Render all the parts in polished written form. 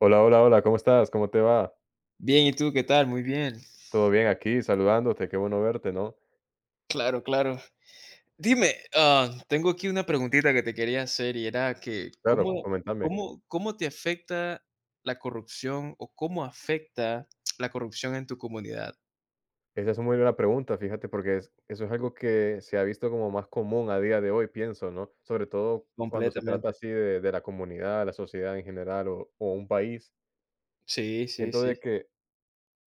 Hola, hola, hola, ¿cómo estás? ¿Cómo te va? Bien, ¿y tú qué tal? Muy bien. Todo bien aquí, saludándote, qué bueno verte, ¿no? Claro, claro. Dime, tengo aquí una preguntita que te quería hacer y era que Claro, ¿cómo, coméntame. cómo, cómo te afecta la corrupción o cómo afecta la corrupción en tu comunidad? Esa es una muy buena pregunta, fíjate, porque eso es algo que se ha visto como más común a día de hoy, pienso, ¿no? Sobre todo cuando se trata Completamente. así de la comunidad, la sociedad en general o un país. Sí, sí, Siento sí, de que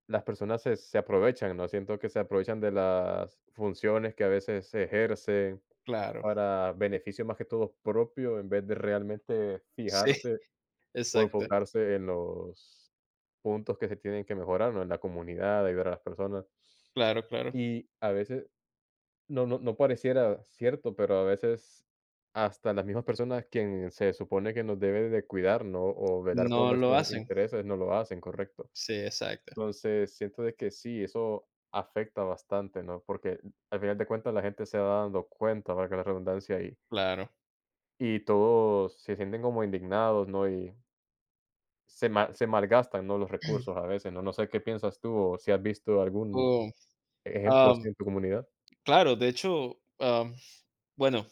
las personas se aprovechan, ¿no? Siento que se aprovechan de las funciones que a veces se ejercen claro. para beneficio más que todo propio, en vez de realmente Sí, fijarse o exacto. enfocarse en los puntos que se tienen que mejorar, ¿no? En la comunidad, ayudar a las personas. Claro, claro. Y a veces, no, no, no pareciera cierto, pero a veces hasta las mismas personas quien se supone que nos debe de cuidar, ¿no? O velar por No lo nuestros hacen. intereses, no lo hacen, correcto. Sí, exacto. Entonces, siento de que sí, eso afecta bastante, ¿no? Porque al final de cuentas la gente se va dando cuenta, valga la redundancia, y, Claro. y todos se sienten como indignados, ¿no? Y se malgastan, ¿no? Los recursos a veces, ¿no? No sé qué piensas tú o si has visto algún Oh, ejemplo am, así en tu comunidad. claro, de hecho, bueno,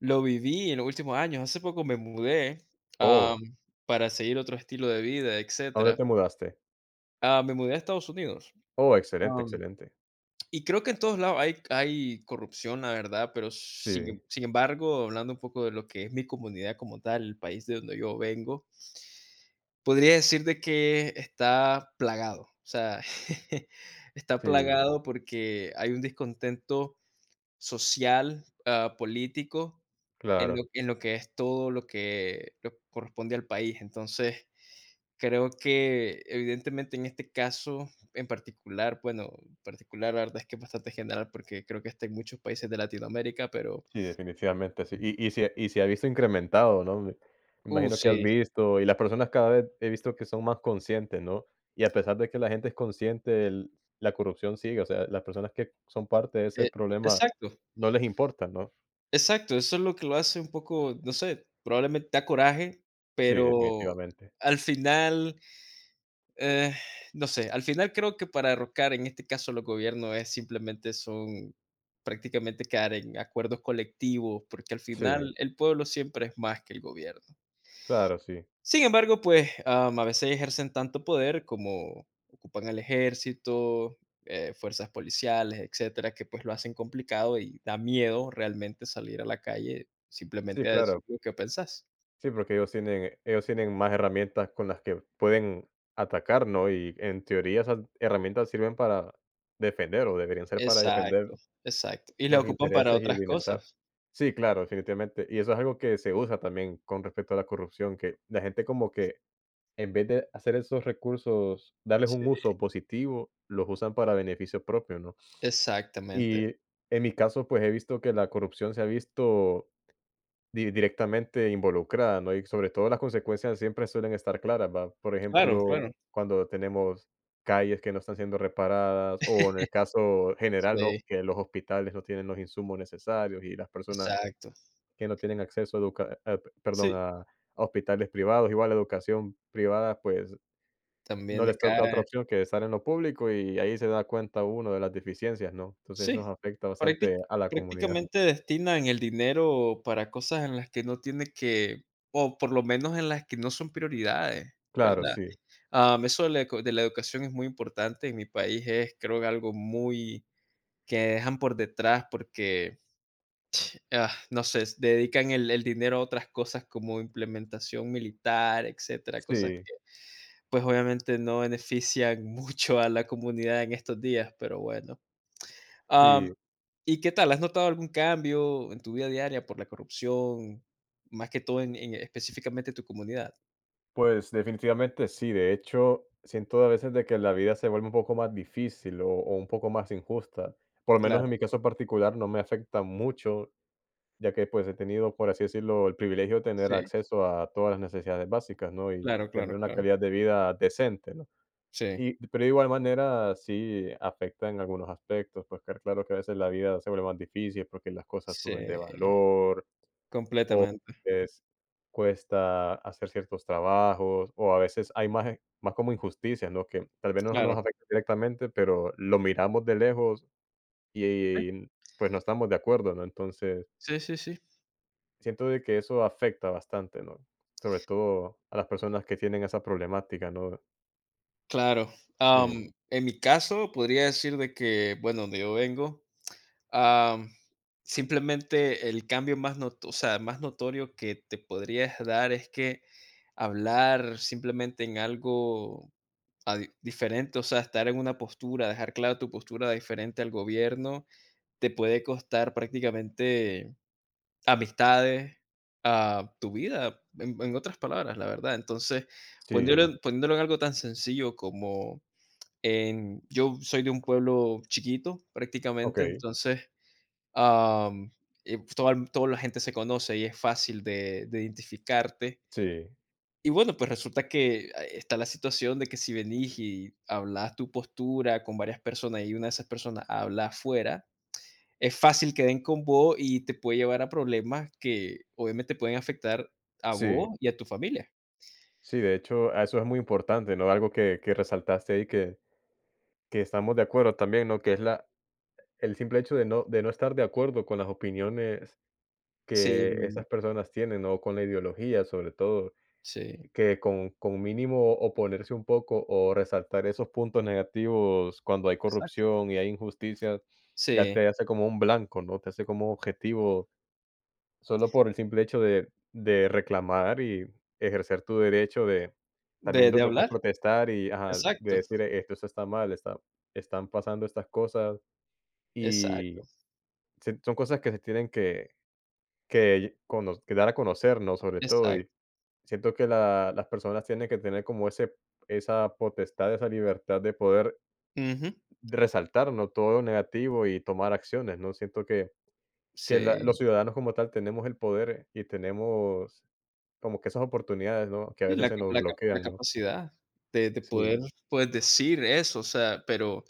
lo viví en los últimos años. Hace poco me mudé, am, Oh, para seguir otro estilo de vida, ¿a dónde etcétera. te mudaste? Ah, me mudé a Estados Unidos. Oh, excelente, am, excelente. y creo que en todos lados hay corrupción, la verdad, pero sin em Sí, sin embargo, hablando un poco de lo que es mi comunidad como tal, el país de donde yo vengo, podría decir de que está plagado, o sea, está sí, plagado porque hay un descontento social, político, en lo claro. en lo que es todo lo que corresponde al país. Entonces, creo que evidentemente en este caso en particular, bueno, particular la verdad es que es bastante general, porque creo que está en muchos países de Latinoamérica. Pero Sí, definitivamente, sí. Y se ha visto incrementado, ¿no? Me imagino que has sí, visto, y las personas cada vez he visto que son más conscientes, ¿no? Y a pesar de que la gente es consciente, el la corrupción sigue, o sea, las personas que son parte de ese eh, problema exacto, no les importa, ¿no? exacto, eso es lo que lo hace un poco, no sé, probablemente da coraje. Sí, Pero definitivamente. al final, Eh, no sé, al final creo que para derrocar en este caso los gobiernos es simplemente son prácticamente quedar en acuerdos colectivos, porque al Sí, final el pueblo siempre es más que el gobierno. claro, sí. Sin embargo, pues a veces ejercen tanto poder como ocupan el ejército, fuerzas policiales, etcétera, que pues lo hacen complicado y da miedo realmente salir a la calle Sí, simplemente a claro. decir lo que pensás. Sí, porque ellos tienen más herramientas con las que pueden atacar, ¿no? Y en teoría esas herramientas sirven para defender, o deberían ser para defender Exacto, exacto. Y lo los ocupan para intereses y el otras bienestar. cosas. Sí, claro, definitivamente. Y eso es algo que se usa también con respecto a la corrupción, que la gente como que en vez de hacer esos recursos, darles un Sí, uso positivo, los usan para beneficio propio, ¿no? exactamente. Y en mi caso, pues he visto que la corrupción se ha visto Di directamente involucrada, ¿no? Y sobre todo las consecuencias siempre suelen estar claras, ¿va? Por Claro, ejemplo, claro. cuando tenemos calles que no están siendo reparadas o en el caso general, Sí, ¿no? Que los hospitales no tienen los insumos necesarios y las personas exacto. que no tienen acceso a perdón, Sí, a hospitales privados, igual la educación privada, pues, no también les toca otra decae. opción que estar en lo público y ahí se da cuenta uno de las deficiencias, ¿no? Entonces, Sí, eso afecta prácti bastante a la comunidad. prácticamente destinan el dinero para cosas en las que no tiene que, o por lo menos en las que no son prioridades, Claro, ¿verdad? sí, Ah, eso de la eco de la educación es muy importante. En mi país es, creo que algo muy que dejan por detrás, porque, ah, no sé, dedican el dinero a otras cosas como implementación militar, etcétera, cosas sí, pues obviamente no benefician mucho a la comunidad en estos días, pero bueno. Am, sí. ¿Y qué tal? ¿Has notado algún cambio en tu vida diaria por la corrupción, más que todo en específicamente tu comunidad? Pues definitivamente sí, de hecho, siento a veces de que la vida se vuelve un poco más difícil o un poco más injusta. Por lo menos en Claro, mi caso particular no me afecta mucho, ya que pues he tenido, por así decirlo, el privilegio de tener sí, acceso a todas las necesidades básicas, ¿no? Y claro, tener claro, una claro. calidad de vida decente, ¿no? Sí, Y, pero de igual manera sí afecta en algunos aspectos, pues que claro que a veces la vida se vuelve más difícil porque las cosas suben de sí, valor, completamente, veces cuesta hacer ciertos trabajos, o a veces hay más, más como injusticias, ¿no? Que tal vez no nos claro. afecta directamente, pero lo miramos de lejos y, pues, no estamos de acuerdo, ¿no? Entonces, Sí, sí, sí, sí. siento de que eso afecta bastante, ¿no? Sobre todo a las personas que tienen esa problemática, ¿no? Claro. Sí, En mi caso, podría decir de que, bueno, donde yo vengo, Am, simplemente el cambio más not o sea, más notorio que te podrías dar es que hablar simplemente en algo a di diferente, o sea, estar en una postura, dejar clara tu postura diferente al gobierno, te puede costar prácticamente amistades, a tu vida, en otras palabras, la verdad. Entonces, sí, poniéndolo en algo tan sencillo como en yo soy de un pueblo chiquito prácticamente, okey, entonces, Am, toda la gente se conoce y es fácil de identificarte. sí, Y bueno, pues resulta que está la situación de que si venís y hablas tu postura con varias personas y una de esas personas habla afuera, es fácil que den con vos y te puede llevar a problemas que obviamente pueden afectar a sí, vos y a tu familia. sí, de hecho, a eso es muy importante, ¿no? Algo que resaltaste ahí que estamos de acuerdo también, ¿no? Que es la El simple hecho de no estar de acuerdo con las opiniones Sí, que esas personas tienen, o con la ideología, sobre todo, sí, que con mínimo oponerse un poco o resaltar esos puntos negativos cuando hay exacto. corrupción y hay injusticias, ya Sí, te hace como un blanco, ¿no? Te hace como objetivo solo por el simple hecho de reclamar y ejercer tu derecho de también de, lo de lo que es hablar, protestar y ajá, de exacto, decir: "Esto está mal, está están pasando estas cosas", exacto, y se son cosas que se tienen que dar a conocer, ¿no? Sobre todo, exacto. y siento que la las personas tienen que tener como ese esa potestad, esa libertad de poder Ujú, resaltar, ¿no? Todo lo negativo y tomar acciones, ¿no? Siento que sí. la los ciudadanos como tal tenemos el poder y tenemos como que esas oportunidades, ¿no? Que a Sí, veces la se ca nos la ca la bloquean, ¿no? capacidad de poder, Sí, pues, decir eso, o sea, pero,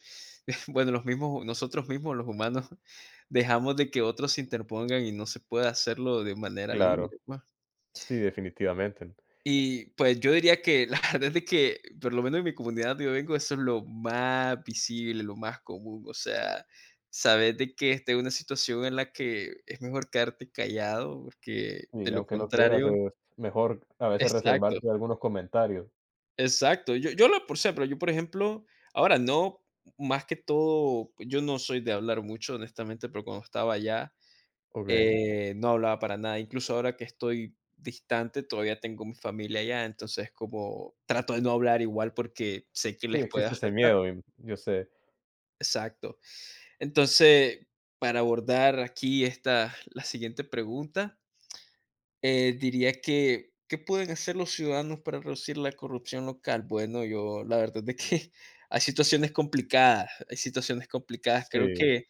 bueno, los mismos nosotros mismos, los humanos, dejamos de que otros se interpongan y no se pueda hacerlo de manera libre, claro. pues. Sí, definitivamente. Y pues, yo diría que la verdad es de que, por lo menos en mi comunidad donde yo vengo, eso es lo más visible, lo más común, o sea, saber de que está en una situación en la que es mejor quedarte callado, porque Sí, de lo aunque no quieras, contrario es mejor a veces exacto. reservarte algunos comentarios. Exacto. Yo lo sé, pero yo, por ejemplo, ahora no, más que todo, yo no soy de hablar mucho, honestamente, pero cuando estaba allá, Okey. No hablaba para nada. Incluso ahora que estoy distante, todavía tengo mi familia allá, entonces como trato de no hablar igual porque sé que Sí, les puede existe ese afectar. miedo, y yo sé. Exacto. Entonces, para abordar aquí esta la siguiente pregunta, diría que ¿qué pueden hacer los ciudadanos para reducir la corrupción local? Bueno, yo la verdad es que hay situaciones complicadas, hay situaciones complicadas. Creo Sí, que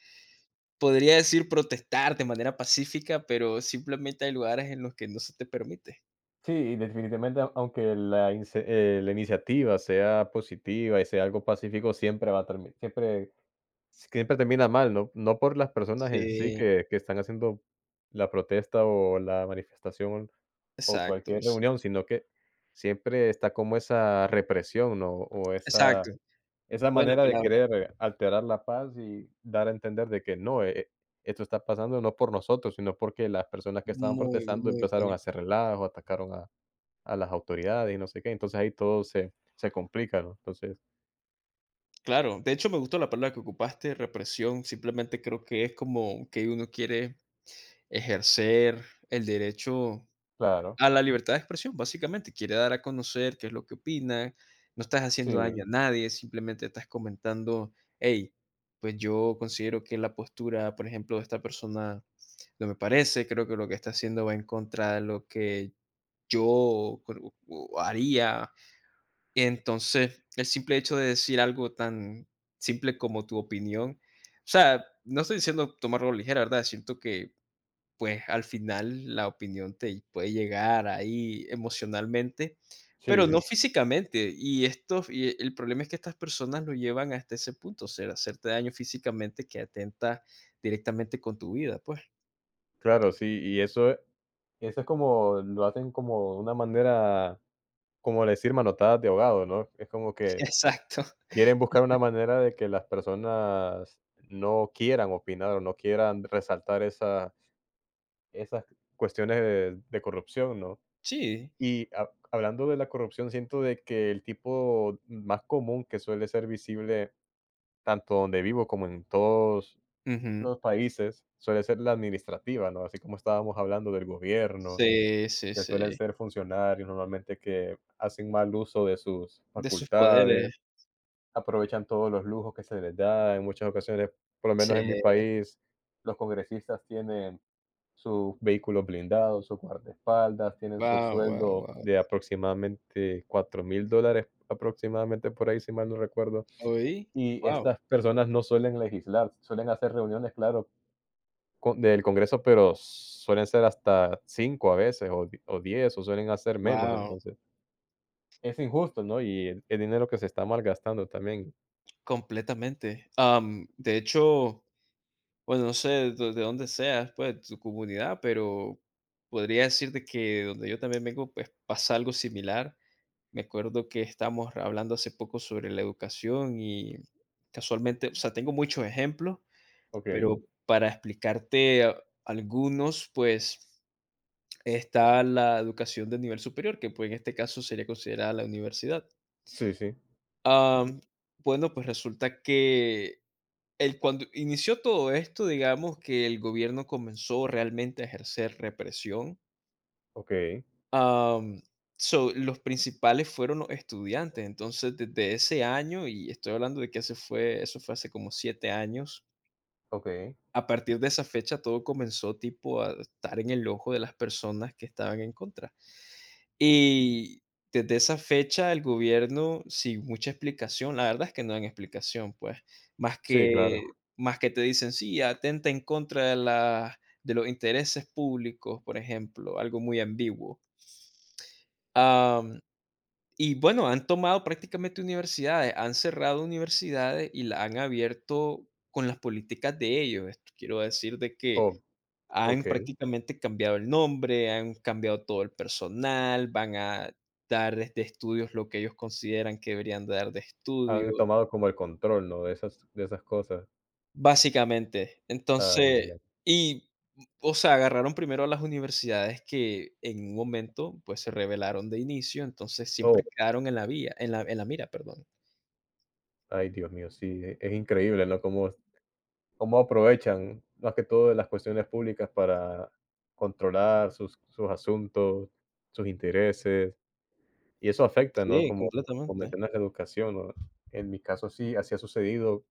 podría decir protestar de manera pacífica, pero simplemente hay lugares en los que no se te permite. sí, y definitivamente, aunque la iniciativa sea positiva y sea algo pacífico, siempre va a terminar, siempre termina mal, no por las personas en sí Sí, que están haciendo la protesta o la manifestación o exacto, cualquier reunión, sino que siempre está como esa represión, ¿no? O esa exacto. Esa Buena manera de palabra, querer alterar la paz y dar a entender de que no, esto está pasando no por nosotros, sino porque las personas que estaban muy, protestando muy empezaron buena. a hacer relajo, atacaron a las autoridades y no sé qué. Entonces ahí todo se complica, ¿no? Entonces Claro, de hecho me gustó la palabra que ocupaste, represión. Simplemente creo que es como que uno quiere ejercer el derecho claro, a la libertad de expresión, básicamente, quiere dar a conocer qué es lo que opina, no estás haciendo sí, daño a nadie, simplemente estás comentando: "Hey, pues yo considero que la postura, por ejemplo, de esta persona no me parece, creo que lo que está haciendo va en contra de lo que yo creo o haría". Entonces, el simple hecho de decir algo tan simple como tu opinión, o sea, no estoy diciendo tomarlo ligera, ¿verdad? Siento que pues al final la opinión te puede llegar ahí emocionalmente, sí, pero no sí, físicamente. Y esto, y el problema es que estas personas lo llevan hasta ese punto, o sea, hacerte daño físicamente que atenta directamente con tu vida, pues. claro, sí, y eso eso es como lo hacen como una manera, como decir, manotadas de ahogado, ¿no? Es como que Exacto. quieren buscar una manera de que las personas no quieran opinar o no quieran resaltar esa esas cuestiones de corrupción, ¿no? Sí. Y ha hablando de la corrupción, siento de que el tipo más común que suele ser visible, tanto donde vivo como en todos Ujú. los países, suele ser la administrativa, ¿no? Así como estábamos hablando del gobierno, Sí, sí, que suelen sí. ser funcionarios normalmente que hacen mal uso de sus De sus poderes. facultades, aprovechan todos los lujos que se les da, en muchas ocasiones, por lo Sí. menos en mi país, los congresistas tienen sus vehículos blindados, sus guardaespaldas, tienen su Wow, wow, sueldo guau. de aproximadamente $4,000, aproximadamente por ahí, si mal no recuerdo. ¿Oí? Y Wow, estas personas no suelen legislar, suelen hacer reuniones, claro, del Congreso, pero suelen ser hasta 5 a veces, o 10 o suelen hacer menos. guau. Entonces, es injusto, ¿no? Y el dinero que se está malgastando también. Completamente. De hecho, bueno, no sé do de dónde seas, pues, tu comunidad, pero podría decirte que donde yo también vengo, pues, pasa algo similar. Me acuerdo que estábamos hablando hace poco sobre la educación y casualmente, o sea, tengo muchos ejemplos, Ok, pero para explicarte a algunos, pues, está la educación de nivel superior, que pues, en este caso sería considerada la universidad. sí, sí, Ah, bueno, pues resulta que cuando inició todo esto, digamos que el gobierno comenzó realmente a ejercer represión. ok, am, so, los principales fueron los estudiantes. Entonces, desde ese año, y estoy hablando de que eso fue hace como 7 años. ok, A partir de esa fecha todo comenzó tipo a estar en el ojo de las personas que estaban en contra. Y desde esa fecha el gobierno, sin mucha explicación, la verdad es que no dan explicación, pues, más Mm. sí, claro. que más que te dicen: "Sí, atenta en contra de la de los intereses públicos", por ejemplo, algo muy ambiguo. Am, y bueno, han tomado prácticamente universidades, han cerrado universidades y las han abierto con las políticas de ellos. Esto quiero decir de que Oh, han ok. prácticamente cambiado el nombre, han cambiado todo el personal, van a dar de estudios lo que ellos consideran que deberían de dar de estudio, Han tomado como el control, ¿no? De esas cosas. básicamente. Ay, ay, Entonces, ay. y, o sea, agarraron primero a las universidades que en un momento, pues, se revelaron de inicio, entonces Oh, siempre quedaron en la vía, en la mira, perdón. ay, Dios mío, sí, es increíble, ¿no? Cómo cómo aprovechan, más que todo, de las cuestiones públicas para controlar sus asuntos, sus intereses, y eso afecta, ¿no? Sí, Como como completamente. mencionas la educación, ¿no? En mi caso, sí, así ha sucedido.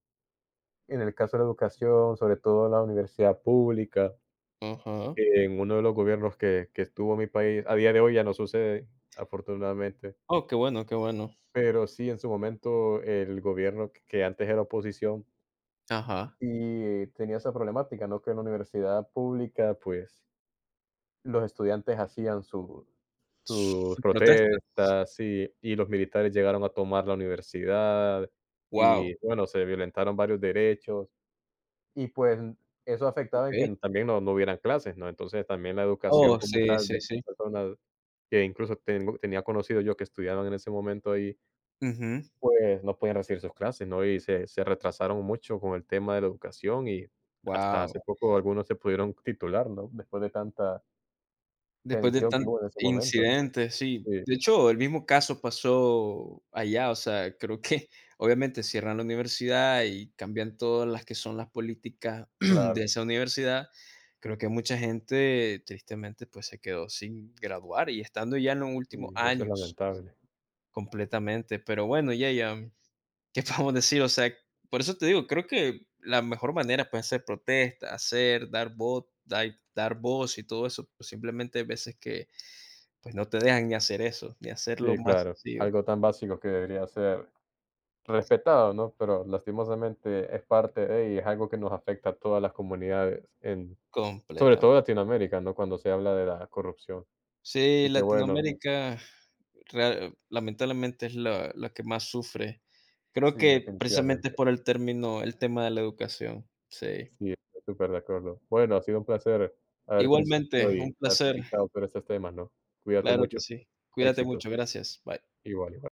En el caso de la educación, sobre todo la universidad pública, Ajá. en uno de los gobiernos que estuvo en mi país, a día de hoy ya no sucede, afortunadamente, Oh, qué bueno, qué bueno. pero sí, en su momento, el gobierno que antes era oposición Ajá. y tenía esa problemática, ¿no? Que en la universidad pública, pues, los estudiantes hacían su sus Su protesta. protestas, sí, y los militares llegaron a tomar la universidad, Wow. y bueno, se violentaron varios derechos, y pues, eso afectaba en que Okey. también no hubieran clases, ¿no? Entonces, también la educación Oh, como sí, tal de sí, sí. personas que incluso tengo tenía conocido yo que estudiaban en ese momento ahí, Ujú. pues, no podían recibir sus clases, ¿no? Y se retrasaron mucho con el tema de la educación, y hasta hace Wow. poco algunos se pudieron titular, ¿no? Después de tanta después de tensión que tan hubo en ese momento. Incidentes, sí. Sí, De hecho, el mismo caso pasó allá, o sea, creo que obviamente cierran la universidad y cambian todas las que son las políticas de claro, esa universidad. Creo que mucha gente, tristemente, pues se quedó sin graduar y estando ya en los últimos sí, eso es años lamentable. completamente. Pero bueno, ya, ya. ¿qué podemos decir? O sea, por eso te digo, creo que la mejor manera puede hacer protesta, hacer, dar voz, dar voz y todo eso, pues simplemente hay veces que pues no te dejan ni hacer eso, ni hacerlo Sí, más claro, sencillo, algo tan básico que debería ser respetado, ¿no? Pero lastimosamente es parte de, y es algo que nos afecta a todas las comunidades en sobre todo completamente. Latinoamérica, ¿no? Cuando se habla de la corrupción. Sí, Y qué bueno, Latinoamérica lamentablemente es la que más sufre. Creo sí, que precisamente es definitivamente. por el término, el tema de la educación. Sí. Sí, estoy súper de acuerdo. Bueno, ha sido un placer haber coincidido Igualmente, y un haber placer, platicado sobre estos temas, ¿no? Cuídate claro que mucho. sí. Cuídate Éxitos. mucho, gracias. Bye. Igual, igual.